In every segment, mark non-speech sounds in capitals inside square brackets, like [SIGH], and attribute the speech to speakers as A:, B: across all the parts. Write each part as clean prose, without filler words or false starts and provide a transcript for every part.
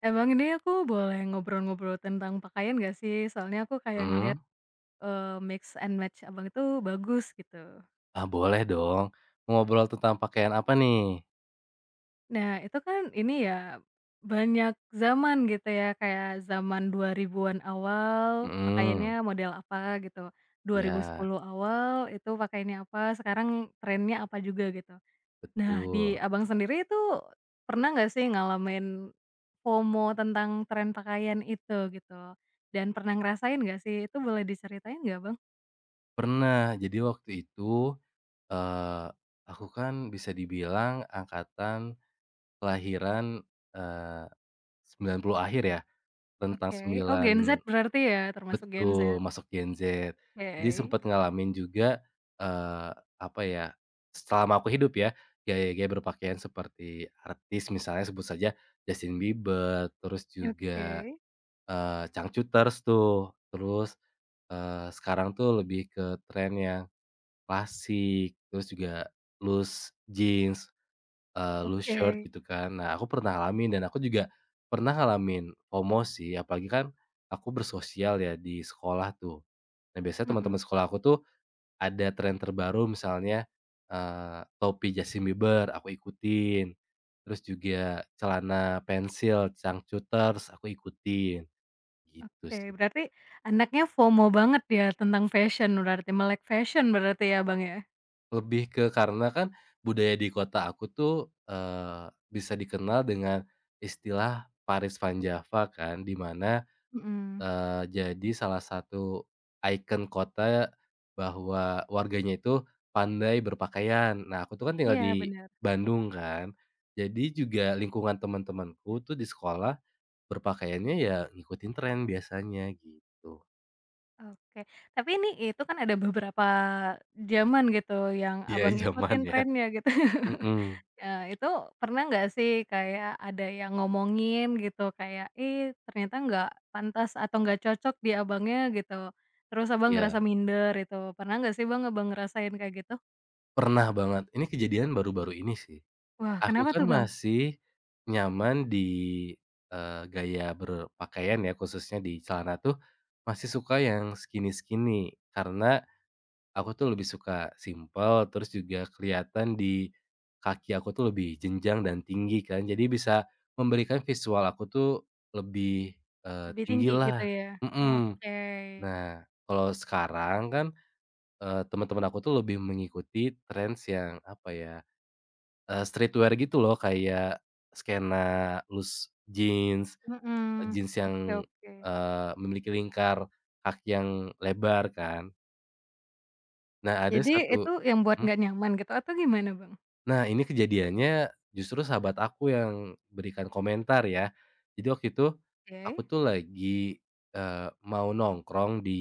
A: Emang ini aku boleh ngobrol-ngobrol tentang pakaian gak sih? Soalnya aku kayak
B: Mmm.
A: ngelihat, mix and match Abang itu bagus gitu.
B: Ah, boleh dong. Ngobrol tentang pakaian apa nih?
A: Nah itu kan ini ya, banyak zaman gitu ya, kayak zaman 2000-an awal
B: Mhm.
A: pakaiannya model apa gitu, Dua ribu
B: Iya,
A: sepuluh awal itu pakaiannya apa, sekarang trennya apa juga gitu. Nah, di
B: betul.
A: Abang sendiri itu pernah nggak sih ngalamin FOMO tentang tren pakaian itu gitu? Dan pernah ngerasain nggak sih? Itu boleh diceritain nggak, Bang?
B: Pernah. Jadi waktu itu, eee, aku kan bisa dibilang angkatan kelahiran, eee, 90 akhir ya, rentang
A: Oke. Oh,
B: sembilan.
A: Gen Z berarti ya, termasuk Gen
B: Betul,
A: Z.
B: masuk Gen Z. Jadi
A: Oke.
B: sempet ngalamin juga, eee, apa ya, selama aku hidup ya, gaya-gaya berpakaian seperti artis misalnya sebut saja Justin Bieber, terus juga
A: Oke.
B: Changcuters tuh, terus, sekarang tuh lebih ke tren yang klasik, terus juga loose jeans, loose shirt
A: Oke.
B: gitu kan. Nah, aku pernah ngalamin dan aku juga pernah ngalamin FOMO sih, apalagi kan aku bersosial ya di sekolah tuh. Nah, biasanya
A: Mhm.
B: teman-teman sekolah aku tuh ada tren terbaru misalnya, topi Justin Bieber, aku ikutin, terus juga celana pensil Changcuters, aku ikutin, gitu
A: Oke,
B: sih.
A: berarti anaknya FOMO banget ya tentang fashion berarti, melek fashion berarti ya, Bang, ya?
B: Lebih ke karena kan budaya di kota aku tuh, bisa dikenal dengan istilah Paris Van Java kan, di mana,
A: Mhm.
B: jadi salah satu ikon kota bahwa warganya itu pandai berpakaian. Nah, aku tuh kan tinggal
A: Iya,
B: di
A: bener.
B: Bandung kan, jadi juga lingkungan teman-temanku tuh di sekolah berpakaiannya ya ngikutin tren biasanya gitu.
A: Oke, tapi ini itu kan ada beberapa zaman gitu yang
B: Iya,
A: Abang
B: [LAUGHS] zaman
A: ikutin
B: ya.
A: trennya gitu. [LAUGHS]
B: Mhm.
A: Itu pernah nggak sih kayak ada yang ngomongin gitu kayak, "Eh, ternyata nggak pantas atau nggak cocok di Abangnya," gitu. Terus Abang ngerasa
B: Iya,
A: minder itu, pernah nggak sih Bang, Abang ngerasain kayak gitu?
B: pernah banget. Ini kejadian baru-baru ini sih.
A: Wah,
B: Aku
A: kenapa
B: kan
A: tuh Bang?
B: masih nyaman di, gaya berpakaian ya khususnya di celana tuh, masih suka yang skinny-skinny karena aku tuh lebih suka simpel terus juga kelihatan di kaki aku tuh lebih jenjang dan tinggi kan jadi bisa memberikan visual aku tuh lebih,
A: Lebih tinggi gitu
B: tinggilah.
A: ya?
B: Mhm.
A: Oke,
B: Nah kalau sekarang kan, teman-teman aku tuh lebih mengikuti trends yang apa ya, streetwear gitu loh kayak skena loose jeans,
A: mhm,
B: jeans yang,
A: oke oke.
B: memiliki lingkar kaki yang lebar kan. Nah ada
A: Jadi
B: satu.
A: itu yang buat
B: Mhm.
A: nggak nyaman gitu atau gimana Bang?
B: Nah ini kejadiannya justru sahabat aku yang berikan komentar ya. Jadi waktu itu,
A: Oke,
B: aku tuh lagi, mau nongkrong di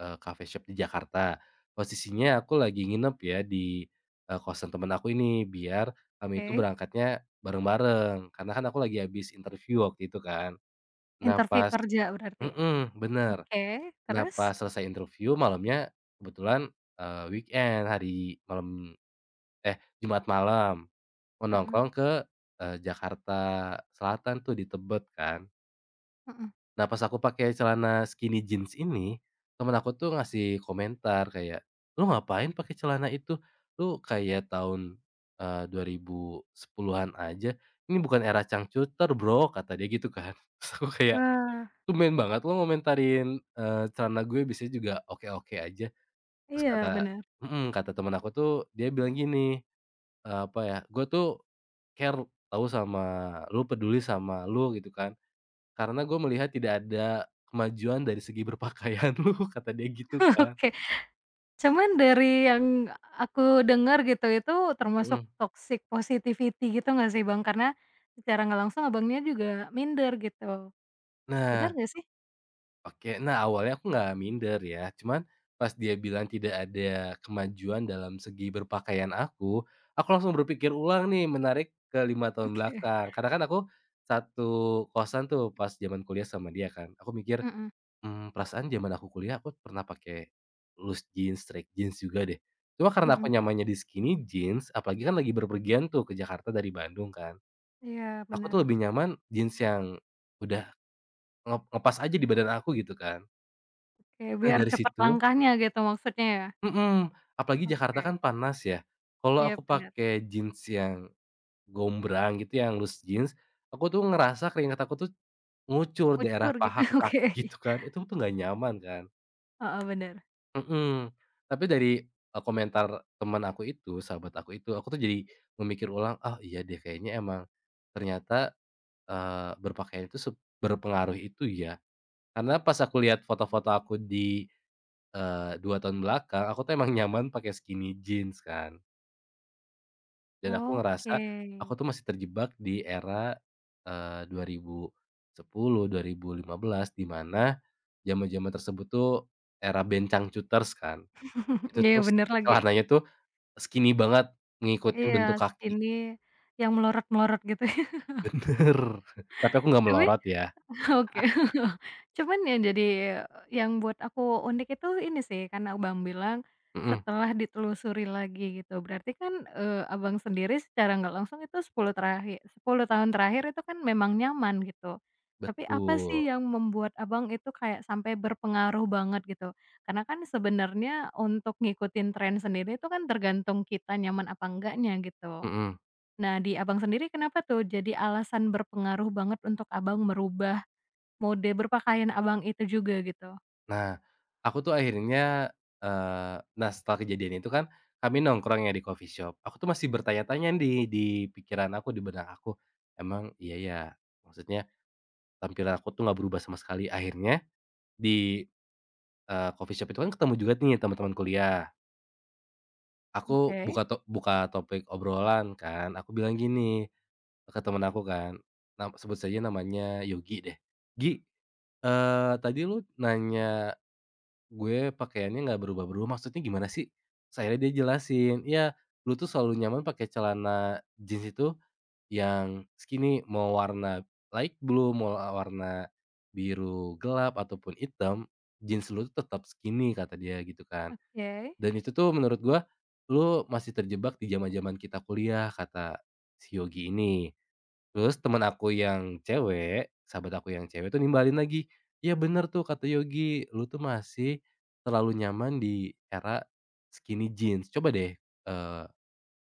B: Coffee shop di Jakarta. Posisinya aku lagi nginep ya di, kosan temen aku ini, biar kami itu
A: oke.
B: berangkatnya bareng-bareng, karena kan aku lagi habis interview waktu itu kan. Nah
A: Interview
B: pas.
A: kerja berarti ya?
B: Mhm, bener.
A: Oke,
B: Nah
A: terus?
B: pas selesai interview malamnya kebetulan, weekend hari malam eh, Jumat malam, mau
A: Mhm
B: nongkrong ke, Jakarta Selatan tuh di Tebet kan.
A: mhm.
B: Nah, pas aku pakai celana skinny jeans ini, temen aku tuh ngasih komentar kayak, "Lu ngapain pakai celana itu? Lu kayak tahun, 2010-an aja. Ini bukan era cangcuter, Bro," kata dia gitu kan. [LAUGHS] Terus aku kayak,
A: Wah,
B: "Tumben banget lu ngomentarin, celana gue, biasanya juga oke-oke aja." Terus
A: iya
B: kata.
A: bener.
B: Mhm, kata temen aku tuh dia bilang gini, apa ya, "Gue tuh care tahu sama lu, peduli sama lu," gitu kan. Karena gue melihat tidak ada kemajuan dari segi berpakaian lu, [LAUGHS] kata dia gitu
A: [LAUGHS]
B: kan.
A: Oke, cuman dari yang aku dengar gitu, itu termasuk
B: Mhm.
A: toxic positivity gitu nggak sih Bang? Karena secara nggak langsung Abangnya juga minder gitu, bener
B: Nah,
A: nggak sih?
B: oke, nah awalnya aku nggak minder ya, cuman pas dia bilang tidak ada kemajuan dalam segi berpakaian aku langsung berpikir ulang nih menarik ke lima tahun
A: Oke,
B: belakang. Karena kan aku satu kosan tuh pas zaman kuliah sama dia kan, aku mikir
A: mhm
B: Perasaan zaman aku kuliah aku pernah pakai loose jeans, straight jeans juga deh. Cuma karena aku
A: mhm.
B: nyamannya di skinny jeans, apalagi kan lagi berpergian tuh ke Jakarta dari Bandung kan.
A: Iya
B: Aku
A: bener.
B: tuh lebih nyaman jeans yang udah ngepas aja di badan aku gitu kan.
A: Oke,
B: Nah
A: biar
B: dari
A: cepat
B: situ.
A: langkahnya gitu maksudnya ya?
B: Mhm. Apalagi Jakarta
A: Oke,
B: kan panas ya. Kalau
A: iya
B: aku
A: bener,
B: pakai jeans yang gombrang gitu, yang loose jeans, aku tuh ngerasa keringat aku tuh ngucur daerah
A: kucur gitu,
B: paha ke
A: [LAUGHS] oke.
B: kaki gitu kan, itu tuh nggak nyaman kan.
A: Heeh, bener.
B: Mhm, tapi dari, komentar teman aku itu, sahabat aku itu, aku tuh jadi memikir ulang, "Ah, iya deh kayaknya emang ternyata, berpakaian itu berpengaruh itu ya." Karena pas aku lihat foto-foto aku di, 2 tahun belakang, aku tuh emang nyaman pakai skinny jeans kan, dan aku ngerasa
A: Oke.
B: aku tuh masih terjebak di era, 2010, 2015 di mana zaman-zaman tersebut tuh era bencang cuters kan. Itu
A: [LAUGHS] Iya
B: terus
A: bener lagi.
B: celananya tuh skinny banget, ngikutin
A: Iya,
B: bentuk kaki.
A: skinny yang melorot-melorot gitu ya.
B: Bener, tapi aku nggak
A: Tapi
B: melorot ya.
A: oke. [LAUGHS] Cuman yang jadi yang buat aku unik itu ini sih, karena Abang bilang
B: Mhm.
A: setelah ditelusuri lagi gitu. Berarti kan, Abang sendiri secara nggak langsung itu 10 terakhir, 10 tahun terakhir itu kan memang nyaman gitu. Tapi apa
B: Betul.
A: sih yang membuat Abang itu kayak sampai berpengaruh banget gitu? Karena kan sebenarnya untuk ngikutin tren sendiri itu kan tergantung kita nyaman apa enggaknya gitu.
B: Mhm.
A: Nah, di Abang sendiri kenapa tuh jadi alasan berpengaruh banget untuk Abang merubah mode berpakaian Abang itu juga gitu?
B: Nah, aku tuh akhirnya, nah setelah kejadian itu kan, kami nongkrong ya di coffee shop. Aku tuh masih bertanya-tanya nih di pikiran aku, di benak aku, "Emang iya ya?" Maksudnya tampilan aku tuh nggak berubah sama sekali. Akhirnya di, coffee shop itu kan ketemu juga nih teman-teman kuliah. Aku
A: Oke
B: buka topik obrolan kan, aku bilang gini ke temen aku kan, sebut saja namanya Yogi deh. "Gi, tadi lu nanya gue pakaiannya nggak berubah-berubah, maksudnya gimana sih?" Terus dia jelasin, ya, lu tuh selalu nyaman pakai celana jeans itu yang skinny, mau warna light blue, mau warna biru gelap ataupun hitam, jeans lu tuh tetap skinny," kata dia gitu kan.
A: oke
B: "Dan itu tuh menurut gue, lu masih terjebak di zaman-zaman kita kuliah," kata si Yogi ini. Terus teman aku yang cewek, sahabat aku yang cewek tuh nimbalin lagi, ya bener tuh kata Yogi, lu tuh masih terlalu nyaman di era skinny jeans. Coba deh, eee,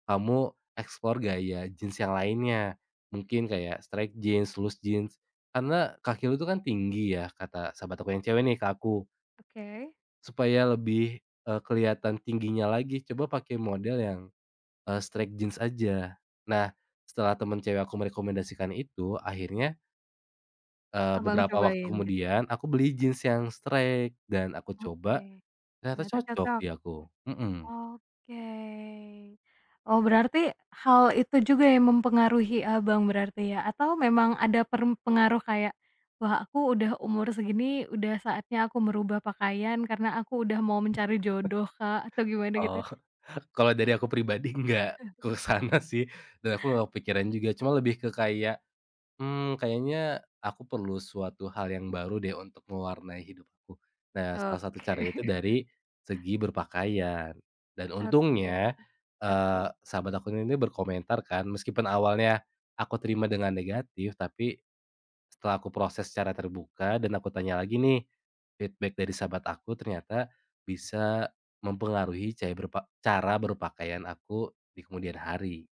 B: kamu explore gaya jeans yang lainnya. Mungkin kayak straight jeans, loose jeans. Karena kaki lu tuh kan tinggi ya," kata sahabat aku yang cewek nih ke aku,
A: oke.
B: "supaya lebih, kelihatan tingginya lagi, coba pakai model yang, straight jeans aja." Nah, setelah temen cewek aku merekomendasikan itu, akhirnya
A: Abang
B: beberapa waktu
A: cobain gitu ya?
B: kemudian aku beli jeans yang straight dan aku coba,
A: Oke.
B: ternyata
A: Ternyata
B: cocok
A: cocok?
B: di aku. Mhm.
A: Oke. Oh, berarti hal itu juga yang mempengaruhi Abang berarti ya? Atau memang ada pengaruh kayak, "Wah, aku udah umur segini, udah saatnya aku merubah pakaian karena aku udah mau mencari jodoh, Kak," atau gimana gitu?
B: Oh, [LAUGHS] kalau dari aku pribadi [LAUGHS] nggak ke sana sih, dan aku nggak kepikiran juga, cuma lebih ke kayak, kayaknya aku perlu suatu hal yang baru deh untuk mewarnai hidup aku. Nah, salah satu
A: Oke.
B: caranya itu dari segi berpakaian, dan
A: Oke,
B: untungnya,
A: heeh,
B: sahabat aku ini berkomentar kan, meskipun awalnya aku terima dengan negatif, tapi setelah aku proses secara terbuka dan aku tanya lagi nih, feedback dari sahabat aku ternyata bisa mempengaruhi caya berpa cara berpakaian aku di kemudian hari.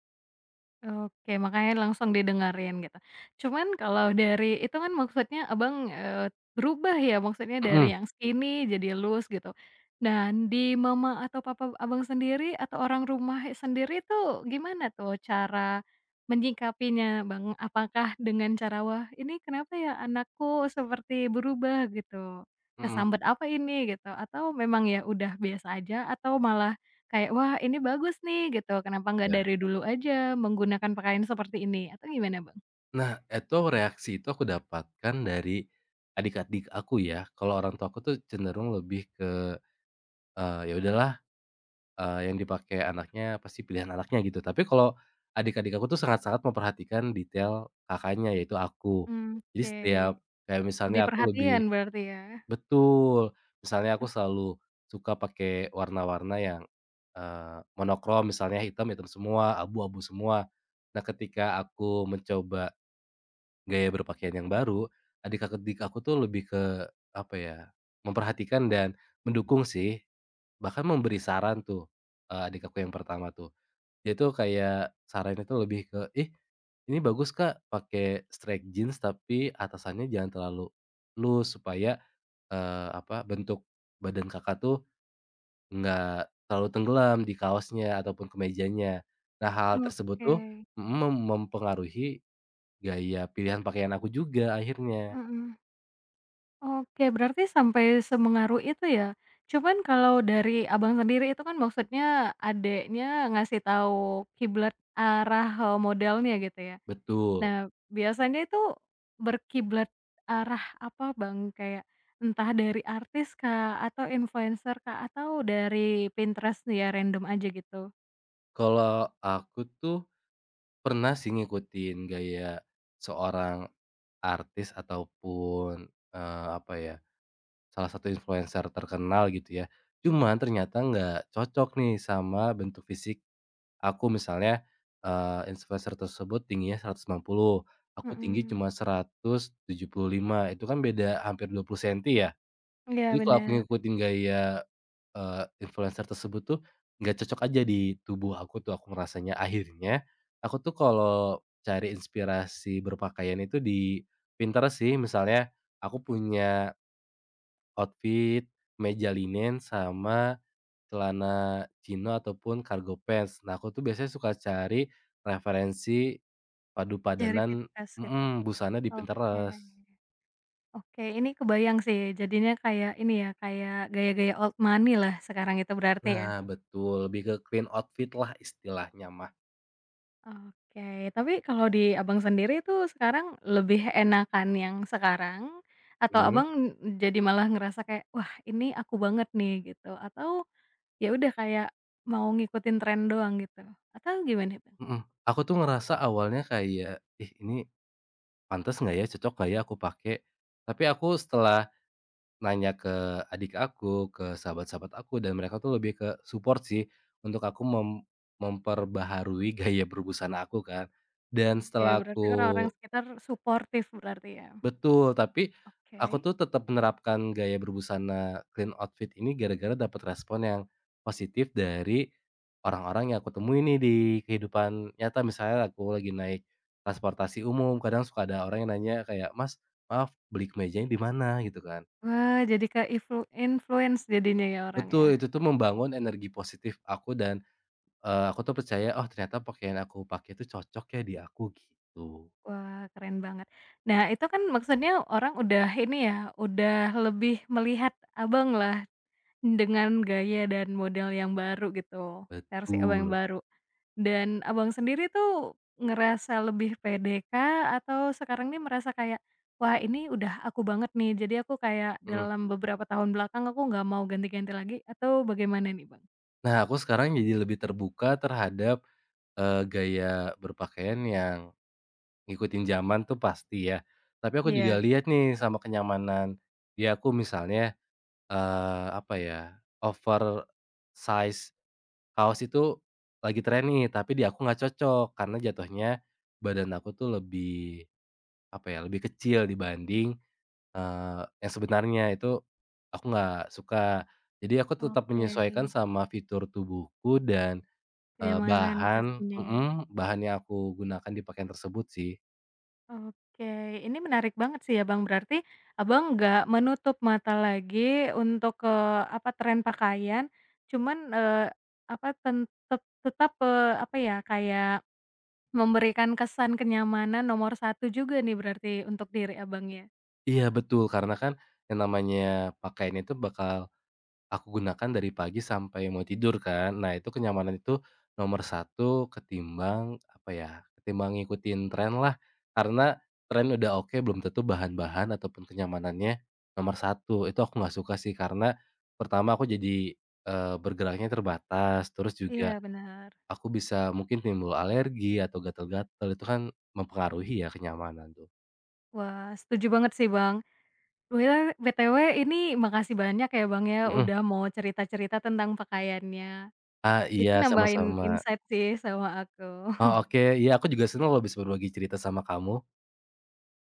A: oke, makanya langsung didengerin gitu. Cuman kalau dari itu kan maksudnya Abang, berubah ya, maksudnya dari
B: Mhm.
A: yang skinny jadi loose gitu. Dan di mama atau papa Abang sendiri atau orang rumah sendiri tuh gimana tuh cara menyikapinya, Bang? Apakah dengan cara, "Wah, ini kenapa ya anakku seperti berubah?" gitu,
B: Mhm.
A: "Kesambet apa ini?" gitu, atau memang ya udah biasa aja atau malah kayak, "Wah, ini bagus nih," gitu, "kenapa nggak
B: Iya.
A: dari dulu aja menggunakan pakaian seperti ini?" Atau gimana, Bang?
B: Nah, itu reaksi itu aku dapatkan dari adik-adik aku ya, kalau orang tua aku tuh cenderung lebih ke, ya udahlah, yang dipakai anaknya pasti pilihan anaknya gitu. Tapi kalau adik-adik aku tuh sangat-sangat memperhatikan detail kakaknya, yaitu aku.
A: Mmm,
B: Jadi
A: oke.
B: setiap kayak
A: Lebih
B: misalnya aku lebih.
A: perhatian berarti ya?
B: Betul. Misalnya aku
A: E
B: selalu suka pakai warna-warna yang, monokrom misalnya hitam-hitam semua, abu-abu semua. Nah ketika aku mencoba gaya berpakaian yang baru, adik-adik aku tuh lebih ke, apa ya, memperhatikan dan mendukung sih, bahkan memberi saran tuh, adik aku yang pertama tuh. Dia tuh kayak sarannya tuh lebih ke, "Ih, ini bagus Kak, pakai straight jeans tapi atasannya jangan terlalu loose supaya apa, bentuk badan Kakak tuh nggak terlalu tenggelam di kaosnya ataupun kemejanya. Nah, hal tersebut
A: oke,
B: tuh mempengaruhi gaya pilihan pakaian aku juga akhirnya.
A: mhm. Oke, berarti sampai semengaruh itu ya. Cuman kalau dari Abang sendiri itu kan maksudnya adiknya ngasih tahu kiblat arah, modelnya gitu ya?
B: Betul.
A: Nah, biasanya itu berkiblat arah apa, Bang? Kayak entah dari artis kah, atau influencer kah, atau dari Pinterest ya random aja gitu?
B: Kalau aku tuh pernah sih ngikutin gaya seorang artis ataupun, apa ya, salah satu influencer terkenal gitu ya. Cuman ternyata nggak cocok nih sama bentuk fisik aku. Misalnya, influencer tersebut tingginya 190, aku tinggi
A: Mhm,
B: cuma 175, itu kan beda hampir 20 senti ya.
A: iya
B: Jadi kalau aku
A: bener.
B: ngikutin gaya, influencer tersebut tuh, nggak cocok aja di tubuh aku tuh, aku ngerasanya. Akhirnya, aku tuh kalau cari inspirasi berpakaian itu di Pinterest sih. Misalnya, aku punya outfit, meja linen, sama celana chino ataupun cargo pants. Nah, aku tuh biasanya suka cari referensi padu
A: Dari
B: padanan
A: Pinterest gitu.
B: mhm, busana di
A: Oke.
B: Pinterest.
A: Oke, ini kebayang sih jadinya kayak ini ya, kayak gaya-gaya old money lah sekarang itu berarti ya?
B: Nah, betul, lebih ke clean outfit lah istilahnya mah.
A: Oke, tapi kalau di Abang sendiri itu sekarang lebih enakan yang sekarang atau
B: Mhm.
A: Abang jadi malah ngerasa kayak, "Wah, ini aku banget nih," gitu? Atau ya udah kayak mau ngikutin tren doang gitu? Atau gimana, Bang?
B: Mhm. Aku tuh ngerasa awalnya kayak, "Ih, ini pantas nggak ya, cocok nggak ya aku pakai?" Tapi aku setelah nanya ke adik aku, ke sahabat-sahabat aku dan mereka tuh lebih ke support sih untuk aku memperbaharui gaya berbusana aku kan. Dan
A: Oke,
B: setelah
A: berarti orang-orang
B: aku.
A: sekitar suportif berarti ya?
B: Betul. Tapi aku
A: Oke.
B: tuh tetap menerapkan gaya berbusana clean outfit ini gara-gara dapat respon yang positif dari orang-orang yang aku temui nih di kehidupan nyata. Misalnya aku lagi naik transportasi umum, kadang suka ada orang yang nanya kayak, "Mas, maaf beli kemejanya di mana?" Gitu kan.
A: Wah, jadi ke influence jadinya ya orang ya?
B: Betul, itu tuh membangun energi positif aku dan, aku tuh percaya, "Oh ternyata pakaian aku pakai itu cocok ya di aku," gitu.
A: Wah, keren banget. Nah, itu kan maksudnya orang udah ini ya, udah lebih melihat Abang lah dengan gaya dan model yang baru gitu, versi Abang yang
B: Betul.
A: baru. Dan Abang sendiri tuh ngerasa lebih pede kah? Atau sekarang nih merasa kayak, "Wah, ini udah aku banget nih, jadi aku kayak
B: Mhm.
A: dalam beberapa tahun belakang aku nggak mau ganti-ganti lagi," atau bagaimana nih Bang?
B: Nah, aku sekarang jadi lebih terbuka terhadap, gaya berpakaian yang ngikutin zaman tuh pasti ya, tapi aku juga
A: Iya.
B: lihat nih sama kenyamanan di aku misalnya, apa ya, over size kaos itu lagi tren nih, tapi di aku nggak cocok karena jatuhnya badan aku tuh lebih, apa ya, lebih kecil dibanding, yang sebenarnya. Itu aku nggak suka. Jadi aku tetap
A: Oke,
B: menyesuaikan sama fitur tubuhku dan
A: kenyamanan pastinya ya.
B: bahan yang aku gunakan di pakaian tersebut sih.
A: Oke, ini menarik banget sih ya Bang, berarti Abang nggak menutup mata lagi untuk ke apa, tren pakaian, cuman, apa, tetap, apa ya, kayak memberikan kesan kenyamanan nomor satu juga nih berarti untuk diri Abang ya?
B: Iya betul, karena kan yang namanya pakaian itu bakal aku gunakan dari pagi sampai mau tidur kan. Nah itu kenyamanan itu nomor satu ketimbang, apa ya, ketimbang ngikutin tren lah. Karena tren udah oke, belum tentu bahan-bahan ataupun kenyamanannya nomor satu. Itu aku nggak suka sih, karena pertama aku jadi, bergeraknya terbatas, terus juga
A: Iya benar.
B: aku bisa mungkin timbul alergi atau gatal-gatal itu kan mempengaruhi ya kenyamanan tuh.
A: Wah, setuju banget sih Bang. Wila BTW ini makasih banyak ya Bang ya,
B: Mhm.
A: udah mau cerita-cerita tentang pakaiannya.
B: Ah,
A: Itu
B: iya
A: nambahin
B: sama-sama.
A: insight sih sama
B: Oh,
A: aku.
B: oke. Iya aku juga senang loh bisa berbagi cerita sama kamu.